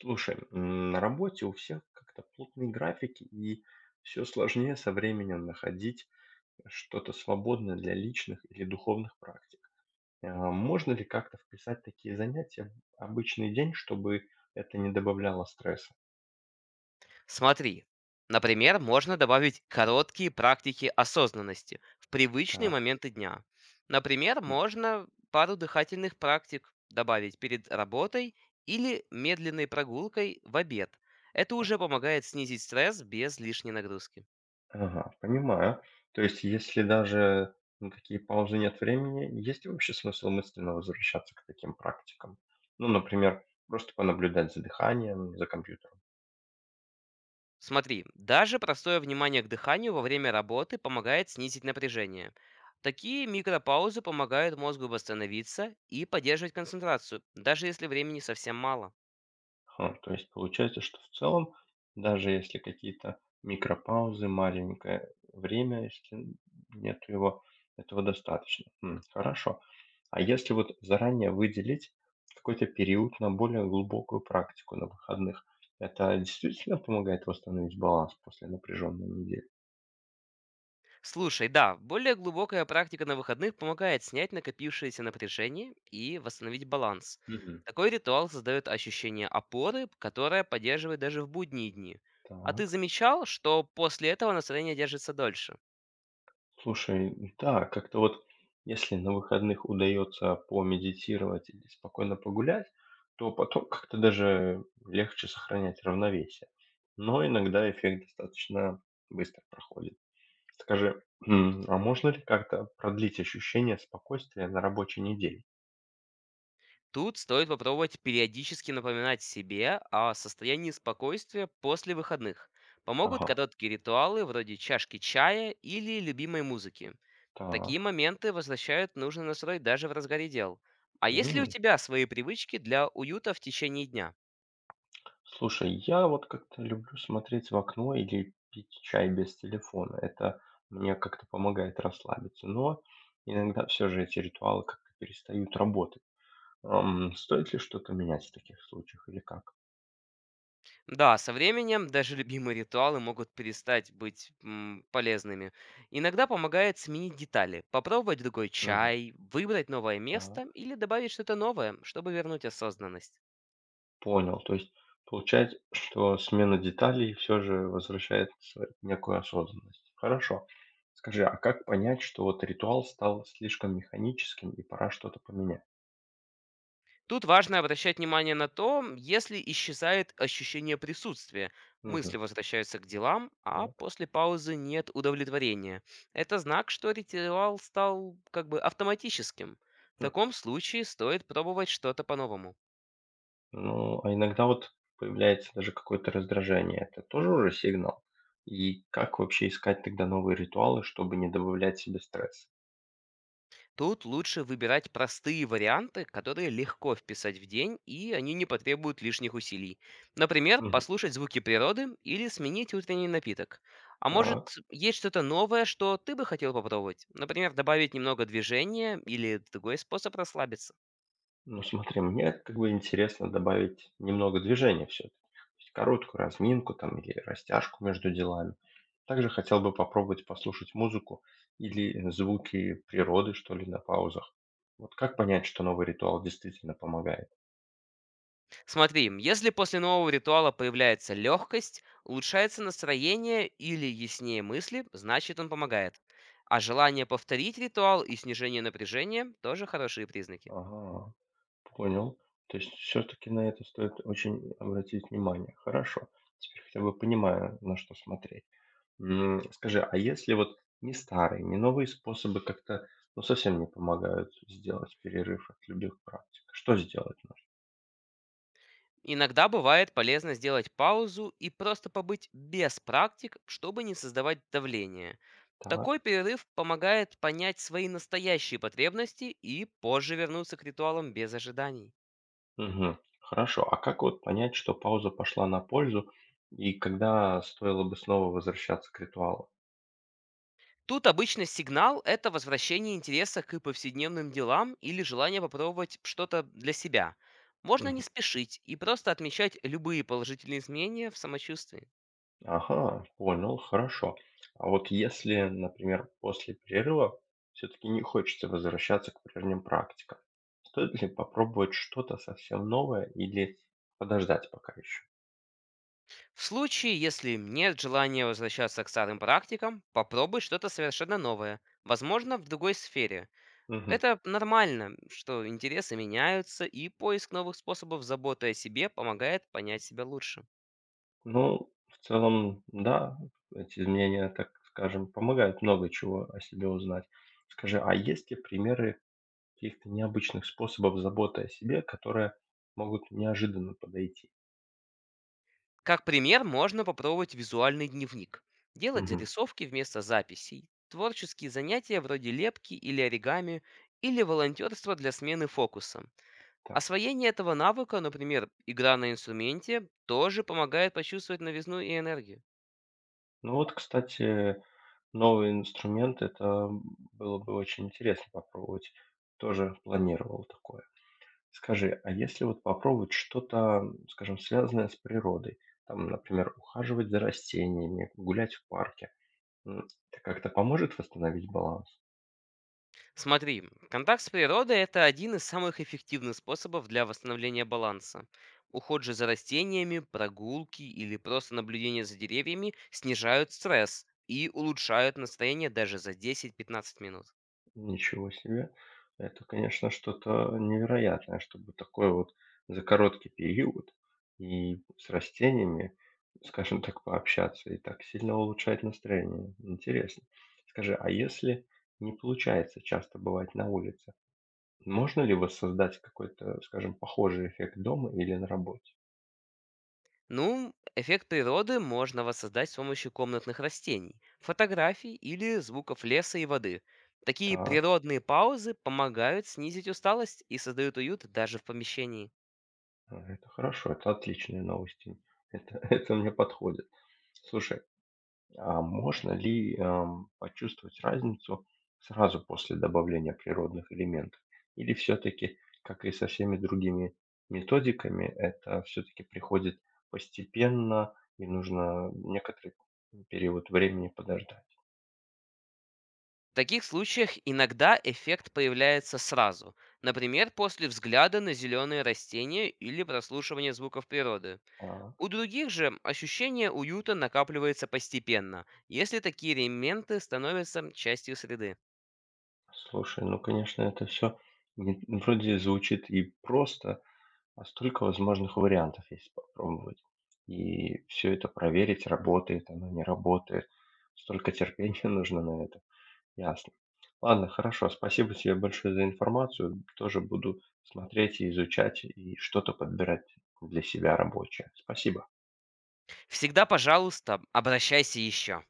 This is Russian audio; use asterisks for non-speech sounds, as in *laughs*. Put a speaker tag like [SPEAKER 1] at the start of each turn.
[SPEAKER 1] Слушай, на работе у всех как-то плотные графики, и все сложнее со временем находить что-то свободное для личных или духовных практик. Можно ли как-то вписать такие занятия в обычный день, чтобы это не добавляло стресса?
[SPEAKER 2] Смотри, например, можно добавить короткие практики осознанности в привычные
[SPEAKER 1] Так,
[SPEAKER 2] моменты дня. Например,
[SPEAKER 1] м,
[SPEAKER 2] можно пару дыхательных практик добавить перед работой или медленной прогулкой в обед. Это уже
[SPEAKER 1] так.
[SPEAKER 2] помогает снизить стресс без лишней нагрузки.
[SPEAKER 1] Ага, понимаю. То есть, если даже на такие паузы нет времени, есть ли вообще смысл мысленно возвращаться к таким практикам? Ну, например, просто понаблюдать за дыханием, за компьютером.
[SPEAKER 2] Смотри, даже простое внимание к дыханию во время работы помогает снизить напряжение. Такие микропаузы помогают мозгу восстановиться и поддерживать концентрацию, даже если времени совсем мало.
[SPEAKER 1] Ха, то есть получается, что в целом, даже если какие-то микропаузы, маленькое время, если нет его, этого достаточно. Хорошо. А если вот заранее выделить какой-то период на более глубокую практику на выходных, это действительно помогает восстановить баланс после напряженной недели?
[SPEAKER 2] Слушай, да, более глубокая практика на выходных помогает снять накопившееся напряжение и восстановить баланс.
[SPEAKER 1] Мгм.
[SPEAKER 2] Такой ритуал создает ощущение опоры, которое поддерживает даже в будние дни. А ты
[SPEAKER 1] Так.
[SPEAKER 2] замечал, что после этого настроение держится дольше?
[SPEAKER 1] Слушай, да, как-то вот если на выходных удается помедитировать или спокойно погулять, то потом как-то даже легче сохранять равновесие. Но иногда эффект достаточно быстро проходит. Скажи, а можно ли как-то продлить ощущение спокойствия на рабочей неделе?
[SPEAKER 2] Тут стоит попробовать периодически напоминать себе о состоянии спокойствия после выходных. Помогут
[SPEAKER 1] Ага,
[SPEAKER 2] короткие ритуалы вроде чашки чая или любимой музыки. Такие
[SPEAKER 1] так.
[SPEAKER 2] моменты возвращают нужный настрой даже в разгаре дел. А есть ли у тебя свои привычки для уюта в течение дня?
[SPEAKER 1] Слушай, я вот как-то люблю смотреть в окно или пить чай без телефона. Это мне как-то помогает расслабиться. Но иногда все же эти ритуалы как-то перестают работать. Стоит ли что-то менять в таких случаях или как?
[SPEAKER 2] Да, со временем даже *laughs* любимые ритуалы могут перестать быть полезными. Иногда помогает сменить детали, попробовать другой
[SPEAKER 1] Мгм.
[SPEAKER 2] чай, выбрать новое место
[SPEAKER 1] Так,
[SPEAKER 2] или добавить что-то новое, чтобы вернуть осознанность.
[SPEAKER 1] понял. То есть получается, что смена деталей все же возвращает некую осознанность. Хорошо. Скажи, а как понять, что вот ритуал стал слишком механическим и пора что-то поменять?
[SPEAKER 2] Тут важно обращать внимание на то, если исчезает ощущение присутствия. Мысли
[SPEAKER 1] Мгм.
[SPEAKER 2] возвращаются к делам, а
[SPEAKER 1] Так.
[SPEAKER 2] после паузы нет удовлетворения. Это знак, что ритуал стал как бы автоматическим. В таком случае стоит пробовать что-то по-новому.
[SPEAKER 1] Ну, а иногда вот появляется даже какое-то раздражение. Это тоже уже сигнал? И как вообще искать тогда новые ритуалы, чтобы не добавлять себе стресс?
[SPEAKER 2] Тут лучше выбирать простые варианты, которые легко вписать в день, и они не потребуют лишних усилий. Например,
[SPEAKER 1] Мгм.
[SPEAKER 2] послушать звуки природы или сменить утренний напиток. А может,
[SPEAKER 1] Так,
[SPEAKER 2] есть что-то новое, что ты бы хотел попробовать? Например, добавить немного движения или другой способ расслабиться.
[SPEAKER 1] ну смотри, мне как бы интересно добавить немного движения все-таки. Короткую разминку там или растяжку между делами. Также хотел бы попробовать послушать музыку или звуки природы, что ли, на паузах. Вот как понять, что новый ритуал действительно помогает?
[SPEAKER 2] Смотри, если после нового ритуала появляется легкость, улучшается настроение или яснее мысли, значит он помогает. А желание повторить ритуал и снижение напряжения тоже хорошие признаки.
[SPEAKER 1] Ага. Понял. То есть все таки на это стоит очень обратить внимание. Хорошо. Теперь хотя бы понимаю, на что смотреть. Скажи, а если вот не старые, не новые способы как-то, ну, совсем не помогают сделать перерыв от любых практик, что сделать нужно?
[SPEAKER 2] Иногда бывает полезно сделать паузу и просто побыть без практик, чтобы не создавать давление. Такой
[SPEAKER 1] Так.
[SPEAKER 2] перерыв помогает понять свои настоящие потребности и позже вернуться к ритуалам без ожиданий.
[SPEAKER 1] Мгм. Хорошо. А как вот понять, что пауза пошла на пользу и когда стоило бы снова возвращаться к ритуалу?
[SPEAKER 2] Тут обычно сигнал– это возвращение интереса к повседневным делам или желание попробовать что-то для себя. Можно не спешить и просто отмечать любые положительные изменения в самочувствии.
[SPEAKER 1] Ага, понял, хорошо. А вот если, например, после перерыва все-таки не хочется возвращаться к прежним практикам, стоит ли попробовать что-то совсем новое или подождать пока еще?
[SPEAKER 2] В случае, если нет желания возвращаться к старым практикам, попробуй что-то совершенно новое, возможно, в другой сфере.
[SPEAKER 1] Мгм.
[SPEAKER 2] Это нормально, что интересы меняются, и поиск новых способов заботы о себе помогает понять себя лучше.
[SPEAKER 1] Ну, в целом, да, эти изменения, так скажем, помогают много чего о себе узнать. Скажи, а есть ли примеры каких-то необычных способов заботы о себе, которые могут неожиданно подойти?
[SPEAKER 2] Как пример, можно попробовать визуальный дневник. Делать
[SPEAKER 1] Мгм.
[SPEAKER 2] зарисовки вместо записей, творческие занятия вроде лепки или оригами, или волонтерство для смены фокуса.
[SPEAKER 1] Так.
[SPEAKER 2] Освоение этого навыка, например, игра на инструменте, тоже помогает почувствовать новизну и энергию.
[SPEAKER 1] Ну вот, кстати, новый инструмент — это, было бы очень интересно попробовать. Тоже планировал такое. Скажи, а если вот попробовать что-то, скажем, связанное с природой? Там, например, ухаживать за растениями, гулять в парке. М, Это как-то поможет восстановить баланс?
[SPEAKER 2] Смотри, контакт с природой– это один из самых эффективных способов для восстановления баланса. Уход же за растениями, прогулки или просто наблюдение за деревьями снижают стресс и улучшают настроение даже за 10-15 минут.
[SPEAKER 1] Ничего себе. Это, конечно, что-то невероятное, чтобы такой вот за короткий период и с растениями, скажем так, пообщаться и так сильно улучшать настроение. Интересно. Скажи, а если не получается часто бывать на улице, можно ли воссоздать какой-то, скажем, похожий эффект дома или на работе?
[SPEAKER 2] Ну, эффект природы можно воссоздать с помощью комнатных растений, фотографий или звуков леса и воды. Такие
[SPEAKER 1] Так,
[SPEAKER 2] природные паузы помогают снизить усталость и создают уют даже в помещении.
[SPEAKER 1] а, это хорошо, это отличные новости. Это, *laughs* это мне подходит. Слушай, а можно ли, почувствовать разницу сразу после добавления природных элементов? Или все-таки, как и со всеми другими методиками, это все-таки приходит постепенно и нужно некоторый период времени подождать?
[SPEAKER 2] В таких случаях иногда эффект появляется сразу, например, после взгляда на зеленые растения или прослушивания звуков природы.
[SPEAKER 1] А,
[SPEAKER 2] У других же ощущение уюта накапливается постепенно, если такие элементы становятся частью среды.
[SPEAKER 1] Слушай, ну, конечно, это все вроде звучит и просто, а столько возможных вариантов, есть попробовать. И все это проверить, работает оно, не работает. Столько терпения *laughs* нужно на это. Ясно. Ладно, хорошо. Спасибо тебе большое за информацию. Тоже буду смотреть и изучать, и что-то подбирать для себя рабочее. Спасибо.
[SPEAKER 2] Всегда, пожалуйста, обращайся еще.